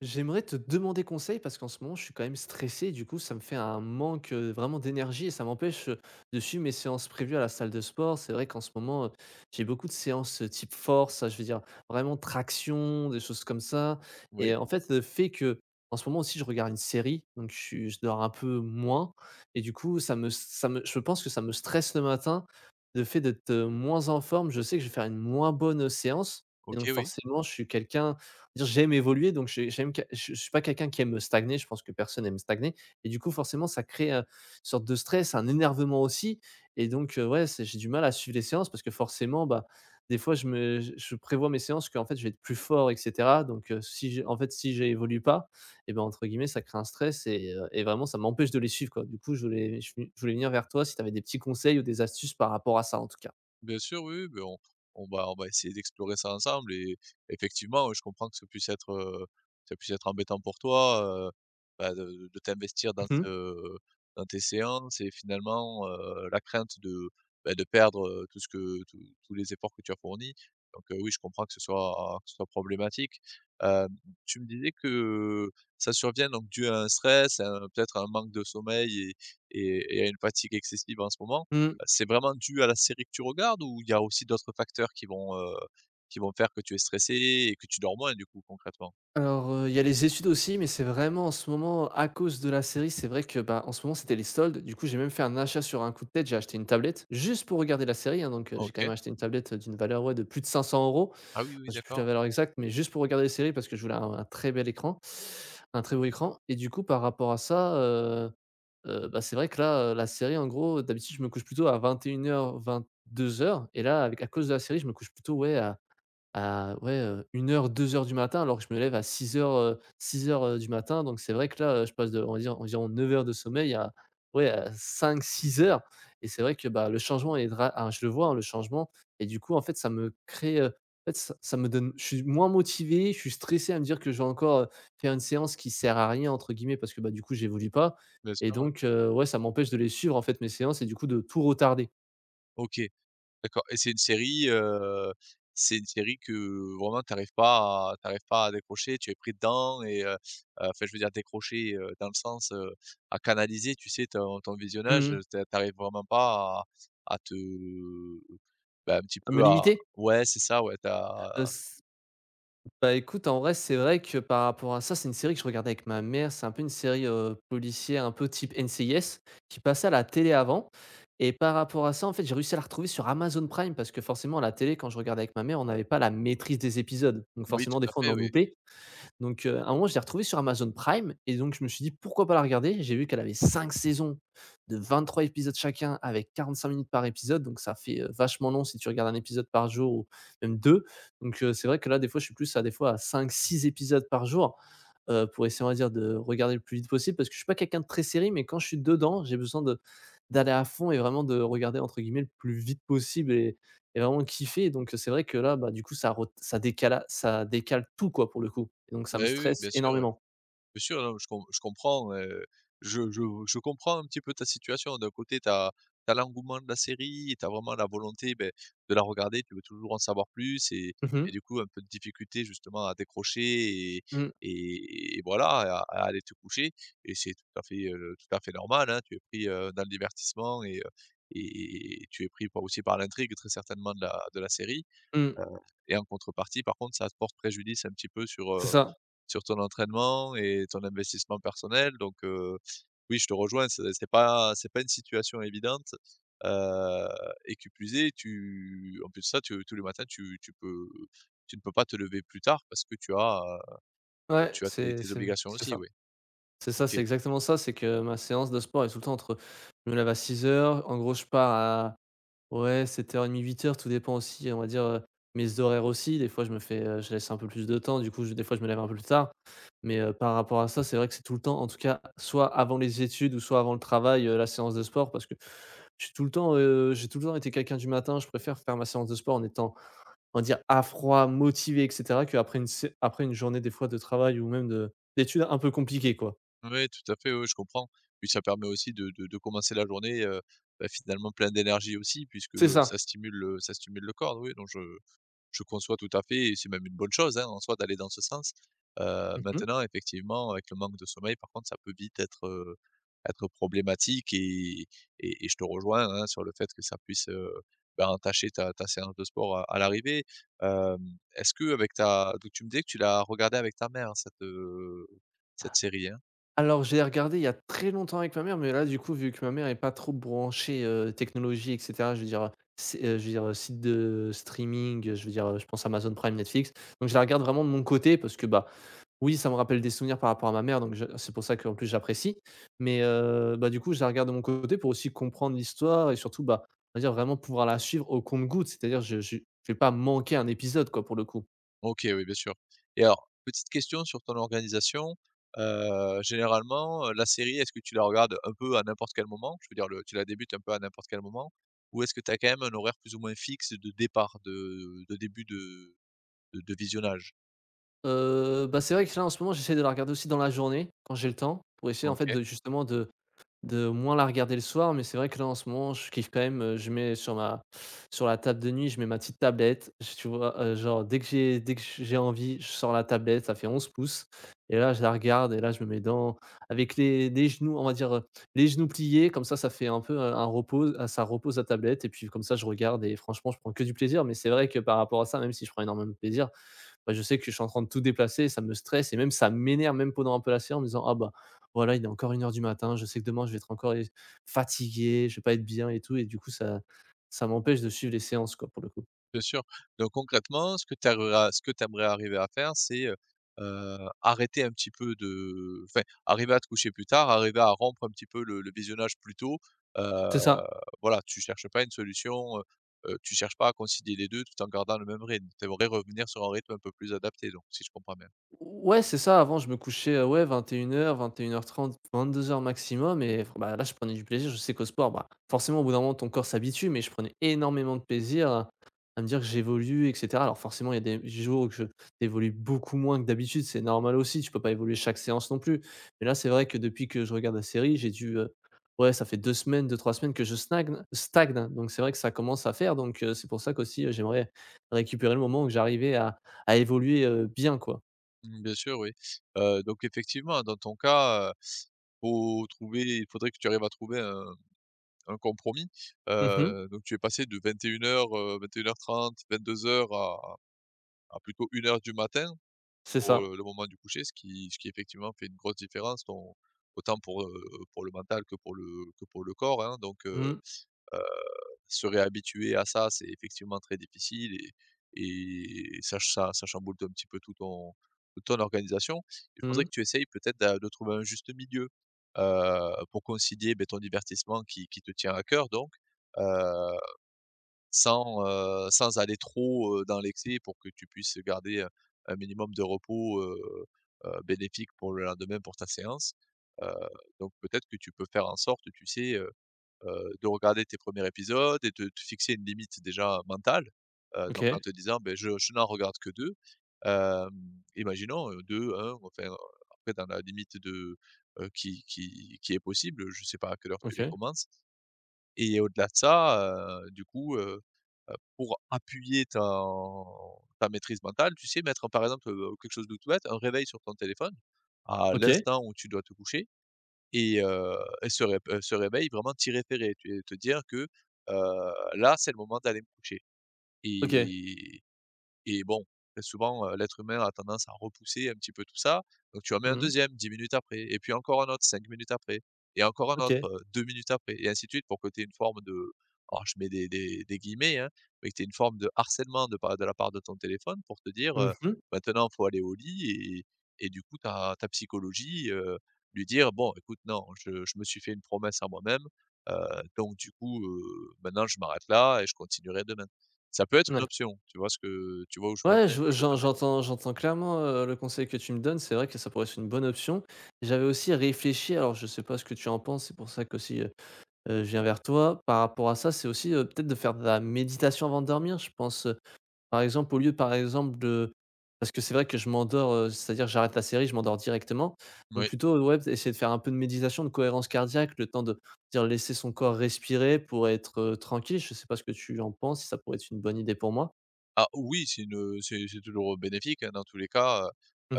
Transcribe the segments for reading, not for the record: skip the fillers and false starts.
J'aimerais te demander conseil parce qu'en ce moment, je suis quand même stressé. Du coup, ça me fait un manque vraiment d'énergie et ça m'empêche de suivre mes séances prévues à la salle de sport. C'est vrai qu'en ce moment, j'ai beaucoup de séances type force, je veux dire vraiment traction, des choses comme ça. Et Oui, en fait, le fait que en ce moment aussi, je regarde une série, donc je dors un peu moins. Et du coup, je pense que ça me stresse le matin. Le fait d'être moins en forme, je sais que je vais faire une moins bonne séance. Et donc, OK, oui. forcément, je suis quelqu'un. Dire J'aime évoluer, donc j'aime, que je suis pas quelqu'un qui aime stagner, je pense que personne aime stagner et du coup forcément ça crée, une sorte de stress, un énervement aussi. Et donc ouais, c'est j'ai du mal à suivre les séances parce que forcément, bah, des fois je me je prévois mes séances qu'en fait je vais être plus fort et cetera. Donc si j'ai en fait si j'évolue pas et ben, entre guillemets, «ça crée un stress» et et vraiment ça m'empêche de les suivre quoi. Du coup, je voulais venir vers toi si tu avais des petits conseils ou des astuces par rapport à ça en tout cas. Bien sûr, oui, oui, beh, on va essayer d'explorer ça ensemble et effectivement, ouais, je comprends que ça puisse être, embêtant pour toi, de t'investir dans Mmh. ce dans tes séances et finalement, la crainte de, de perdre, tout ce que tous les efforts que tu as fournis. Donc, oui, je comprends que ce soit problématique. Hem, Tu me disais que ça survient donc dû à un stress, à un peut-être à un manque de sommeil et à une fatigue excessive en ce moment. Mmh. C'est vraiment dû à la série que tu regardes ou il y a aussi d'autres facteurs qui vont, qui vont faire que tu es stressé et que tu dors moins du coup, concrètement? Alors, il y a les études aussi, mais c'est vraiment en ce moment, à cause de la série. C'est vrai que, bah, en ce moment, c'était les soldes. Du coup, j'ai même fait un achat sur un coup de tête. J'ai acheté une tablette juste pour regarder la série, hein. Donc, j'ai quand même OK. acheté une tablette, d'une valeur, ouais, de plus de 500 Ah oui, €. oui, J'ai plus la d'accord, valeur exacte, mais juste pour regarder la série parce que je voulais un très bel écran, un très beau écran. Et du coup, par rapport à ça, bah, c'est vrai que là, la série, en gros, d'habitude, je me couche plutôt à vingt, vingt et une heures, deux heures. Et là, avec à cause de la série, je me couche plutôt, ouais, à ouais, une heure, deux heures du matin, alors que je me lève à 6:00, 6:00, du matin. Donc c'est vrai que là, je passe de, on va dire, environ 9 heures de sommeil à ouais, à 5-6 heures. Et c'est vrai que, bah, le changement est je le vois, hein, le changement. Et du coup, en fait, ça me crée, en fait, ça me donne, je suis moins motivé, je suis stressé à me dire que je vais encore, faire une séance qui «sert à rien» entre guillemets parce que, bah, du coup, j'évolue pas. bien sûr, Et ouais. donc ouais, ça m'empêche de les suivre, en fait, mes séances et du coup de tout retarder. OK, d'accord. Et c'est une série, que vraiment tu arrives pas à décrocher, tu es pris dedans et enfin, je veux dire, décrocher, dans le sens, à canaliser, tu sais, ton visionnage, Mmh. tu a arrives vraiment pas à te, bah, un petit À me peu, à, limiter? ouais, c'est ça, ouais, tu as, Heu, Bah, écoute, en vrai, c'est vrai que par rapport à ça, c'est une série que je regardais avec ma mère. C'est un peu une série, policière, un peu type NCIS qui passait à la télé avant. Et par rapport à ça, en fait, j'ai réussi à la retrouver sur Amazon Prime parce que forcément à la télé, quand je regardais avec ma mère, on n'avait pas la maîtrise des épisodes. Donc oui, forcément, tout des à fois, on fait, en oui. loupait. Donc, à un moment, je l'ai retrouvée sur Amazon Prime. Et donc je me suis dit: «Pourquoi pas la regarder?» J'ai vu qu'elle avait 5 saisons de 23 épisodes chacun avec 45 minutes par épisode, donc ça fait, vachement long si tu regardes un épisode par jour ou même 2. Donc, c'est vrai que là, des fois, je suis plus à, des fois, à cinq six épisodes par jour, pour essayer, on va dire, de regarder le plus vite possible parce que je suis pas quelqu'un de très série, mais quand je suis dedans, j'ai besoin de d'aller à fond et vraiment de regarder, entre guillemets, «le plus vite possible» et vraiment kiffé. Donc, c'est vrai que là, bah, du coup, ça ret ça décala ça décale tout, quoi, pour le coup. Et donc ça Bah, me oui, stresse oui. énormément. Bien sûr, non, je comprends, je je je comprends un petit peu ta situation. D'un côté, tu as l'engouement de la série et tu as vraiment la volonté, beh, de la regarder, tu veux toujours en savoir plus Mmh et mh. du coup, un peu de difficulté justement à décrocher Mmh. Et voilà, à aller te coucher, et c'est tout à fait normal, hein. Tu es pris, dans le divertissement et tu es pris par aussi par l'intrigue, très certainement, de la série, Mmh. et en contrepartie, par contre, ça te porte préjudice un petit peu sur, C'est ça. sur ton entraînement et ton investissement personnel. Donc, oui, je te rejoins, c'est pas une situation évidente, heu et qui plus est, tu en plus de ça, tu tous les matins, tu ne peux pas te lever plus tard parce que tu as, Ouais, tu as c'est tes c'est obligations c'est aussi, ça. oui. C'est ça, OK. c'est exactement ça. C'est que ma séance de sport est tout le temps entre, je me lève à 6 heures en gros, je pars à, ouais, 7h30, 8 heures, tout dépend aussi, on va dire, mes horaires aussi. Des fois, je me fais, je laisse un peu plus de temps, du coup, je, des fois, je me lève un peu plus tard. Mais, par rapport à ça, c'est vrai que c'est tout le temps, en tout cas, soit avant les études ou soit avant le travail, la séance de sport parce que j'ai tout le temps, j'ai tout le temps été quelqu'un du matin. Je préfère faire ma séance de sport en étant, on va dire, à froid, motivé et cetera, qu'après une sé après une journée, des fois, de travail ou même de d'études un peu compliquées, quoi. Oui, tout à fait, oui, je comprends. Puis ça permet aussi de commencer la journée, finalement plein d'énergie aussi, puisque, C'est ça. Ça stimule le corps, oui, donc je conçois tout à fait, et c'est même une bonne chose, hein, en soi, d'aller dans ce sens. Mmh. Maintenant, effectivement, avec le manque de sommeil, par contre, ça peut vite être, être problématique, et je te rejoins, hein, sur le fait que ça puisse, entacher ta séance de sport à l'arrivée. Hem, est-ce que avec ta donc tu me disais que tu l'as regardée avec ta mère, hein, cette, cette série, hein? Alors, j'ai regardé il y a très longtemps avec ma mère, mais là, du coup, vu que ma mère est pas trop branchée, technologie et cetera, je veux dire, c'est, je veux dire, site de streaming, je veux dire, je pense Amazon Prime, Netflix. Donc je la regarde vraiment de mon côté parce que, bah, oui, ça me rappelle des souvenirs par rapport à ma mère, donc je, c'est pour ça qu'en plus j'apprécie. Mais bah, du coup, je la regarde de mon côté pour aussi comprendre l'histoire et surtout, bah, on va dire vraiment pouvoir la suivre au compte goutte, cest c'est-à-dire je vais pas manquer un épisode quoi, pour le coup. OK, oui, bien sûr. Et alors, petite question sur ton organisation. Généralement, la série, est-ce que tu la regardes un peu à n'importe quel moment? Je veux dire, le tu la débutes un peu à n'importe quel moment? Ou est-ce que tu as quand même un horaire plus ou moins fixe de départ, de début de visionnage? Bah, c'est vrai que là, en ce moment, j'essaie de la regarder aussi dans la journée, quand j'ai le temps, pour essayer en fait OK. de justement de moins la regarder le soir. Mais c'est vrai que là, en ce moment, je kiffe quand même, je mets sur ma, sur la table de nuit, je mets ma petite tablette, j tu vois? Genre, dès que j'ai envie, je sors la tablette, ça fait 11 pouces et là, je la regarde et là, je me mets dans, avec les genoux, on va dire, les genoux pliés comme ça fait un peu, un repos ah ça repose la tablette et puis comme ça, je regarde et franchement, je prends que du plaisir. Mais c'est vrai que par rapport à ça, même si je prends énormément de plaisir, bah, je sais que je suis en train de tout déplacer, ça me stresse et même ça m'énerve même pendant un peu la séance en me disant: «Ah bah, voilà, il est encore une heure du matin, je sais que demain je vais être encore é fatigué, je vais pas être bien et tout» et du coup ça, ça m'empêche de suivre les séances quoi, pour le coup. Bien sûr. Donc concrètement, ce que aimerais arriver à faire, c'est, arrêter un petit peu de, enfin, arriver à te coucher plus tard, arriver à rompre un petit peu le visionnage plus tôt. Heu, C'est ça. voilà, tu cherches pas une solution, tu cherches pas à concilier les 2 tout en gardant le même rythme. Tu aimerais revenir sur un rythme un peu plus adapté, donc, si je comprends bien? Ouais, c'est ça. Avant, je me couchais, ouais, 21:00-21:30-22:00 maximum et f bah, là, je prenais du plaisir. Je sais qu'au sport, bah, forcément, au bout d'un moment, ton corps s'habitue, mais je prenais énormément de plaisir à me dire que j'évolue et cetera. Alors forcément, il y a des jours où je, tu, beaucoup moins que d'habitude, c'est normal aussi, tu peux pas évoluer chaque séance non plus. Mais là, c'est vrai que depuis que je regarde la série, j'ai dû, ouais, ça fait deux semaines, deux trois semaines que je snagne stagne, donc c'est vrai que ça commence à faire. Donc c'est pour ça qu'aussi, j'aimerais récupérer le moment où j'arrivais à évoluer, bien, quoi. Mmh, bien sûr, oui. Donc effectivement, dans ton cas, faut trouver il faudrait que tu arrives à trouver un compromis. Mmh mh. Donc tu es passé de 21:00, 21:30-22:00 à plutôt une heure du matin C'est pour, ça. Le moment du coucher, ce qui effectivement fait une grosse différence, ton autant pour le mental que pour le corps, hein. Donc Mmh. heu, se réhabituer à ça, c'est effectivement très difficile ça chamboule un petit peu toute ton organisation. Il faudrait Mmh. que tu essayes peut-être d'a de trouver un juste milieu, pour concilier, beh, ton divertissement qui te tient à cœur, donc sans, sans aller trop, dans l'excès, pour que tu puisses garder, un minimum de repos, bénéfique pour le lendemain, pour ta séance. Heu, donc peut-être que tu peux faire en sorte, tu sais, de regarder tes premiers épisodes et de te fixer une limite déjà mentale. Donc en OK. te disant: ben, je n'en regarde que 2. Hem, Imaginons, 2-1, enfin, après dans la limite de, qui est possible, je ne sais pas à quelle heure tu les OK. commences, et au-delà de ça, du coup, pour appuyer ta maîtrise mentale, tu sais, mettre par exemple, quelque chose de tout bête, un réveil sur ton téléphone à OK. l'instant où tu dois te coucher, et heu et ce ré ce réveil, vraiment t'y référer, tu te dire que, là, c'est le moment d'aller me coucher, OK. et et bon, très souvent, l'être humain a tendance à repousser un petit peu tout ça. Donc tu en mets un Mmh. deuxième 10 minutes après, et puis encore un autre 5 minutes après, et encore un autre, OK. 2 minutes après, et ainsi de suite, pour que tu aies une forme de, alors je mets des guillemets, hein, mais que tu aies une forme de harcèlement de la part de ton téléphone, pour te dire, Mmh mh. «Maintenant, il faut aller au lit», et du coup ta psychologie, lui dire: «Bon, écoute, non, je me suis fait une promesse à moi-même, heu, donc du coup, maintenant je m'arrête là et je continuerai demain». Ça peut être une Ouais. option, tu vois où je veux en Ouais, venir, je je veux j'en t'amener? j'entends j'entends clairement, le conseil que tu me donnes. C'est vrai que ça pourrait être une bonne option. J'avais aussi réfléchi, alors je sais pas ce que tu en penses, c'est pour ça qu'aussi, je viens vers toi. Par rapport à ça, c'est aussi, peut-être de faire de la méditation avant de dormir. Je pense, par exemple, au lieu, par exemple, de, parce que c'est vrai que je m'endors, c'est-à-dire j'arrête la série, je m'endors directement. Donc Oui. plutôt, ouais, essayer de faire un peu de méditation, de cohérence cardiaque, le temps de dire, laisser son corps respirer pour être, tranquille. Je sais pas ce que tu en penses, si ça pourrait être une bonne idée pour moi? Ah oui, c'est une, c'est toujours, bénéfique, hein, dans tous les cas,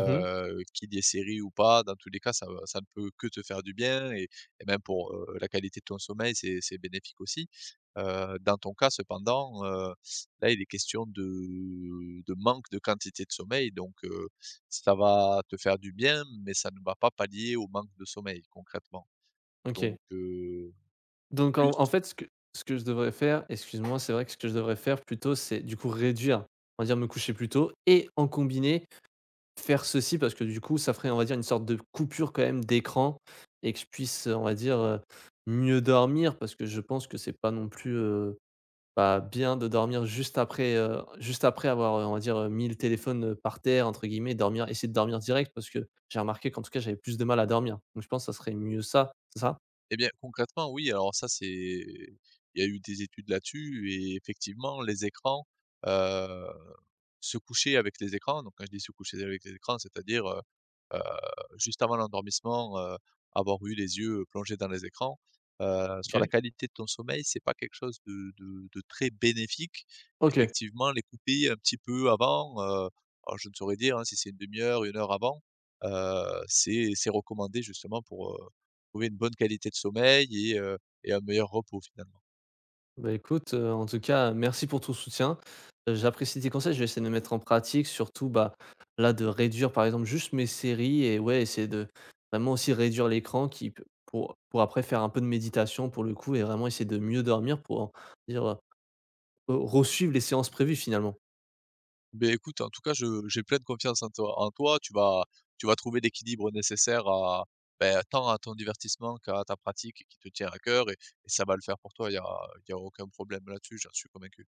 qu'il y ait série ou pas, dans tous les cas, ça ne peut que te faire du bien, et même pour, la qualité de ton sommeil, c'est bénéfique aussi. Dans ton cas cependant, là, il est question de manque de quantité de sommeil, donc ça va te faire du bien mais ça ne va pas pallier au manque de sommeil, concrètement, OK. donc Donc plus… en fait, ce que je devrais faire, excuse-moi, c'est vrai que ce que je devrais faire plutôt, c'est du coup réduire, on va dire me coucher plus tôt et en combiner, faire ceci parce que du coup, ça ferait, on va dire, une sorte de coupure quand même d'écran et que je puisse, on va dire, mieux dormir parce que je pense que c'est pas non plus, bah, bien de dormir juste après avoir, on va dire, mis le téléphone, «par terre» entre guillemets, dormir, essayer de dormir direct parce que j'ai remarqué qu'en tout cas, j'avais plus de mal à dormir. Donc je pense que ça serait mieux ça, c'est ça? Eh bien, concrètement, oui, alors ça, c'est il y a eu des études là-dessus, et effectivement, les écrans, heu, se coucher avec les écrans, donc quand je dis se coucher avec les écrans, c'est-à-dire, heu, juste avant l'endormissement, avoir eu les yeux plongés dans les écrans, sur la OK. qualité de ton sommeil, c'est pas quelque chose de très bénéfique. OK. Effectivement, les couper un petit peu avant, alors je ne saurais dire, hein, si c'est une demi heure, une heure avant, c'est recommandé justement pour, trouver une bonne qualité de sommeil et un meilleur repos finalement. Bah, écoute, en tout cas, merci pour ton soutien. J'apprécie tes conseils, je vais essayer de les mettre en pratique, surtout, bah, là, de réduire, par exemple, juste mes séries et ouais, essayer de vraiment aussi réduire l'écran qui peut, pour après faire un peu de méditation, pour le coup et vraiment essayer de mieux dormir pour dire, re suivre les séances prévues, finalement. Ben écoute, en tout cas, je j'ai pleine confiance en toi, en toi. Tu vas trouver l'équilibre nécessaire à, beh, tant à ton divertissement qu'à ta pratique qui te tient à cœur, et ça va le faire pour toi. Il y a aucun problème là-dessus, j'en suis convaincu.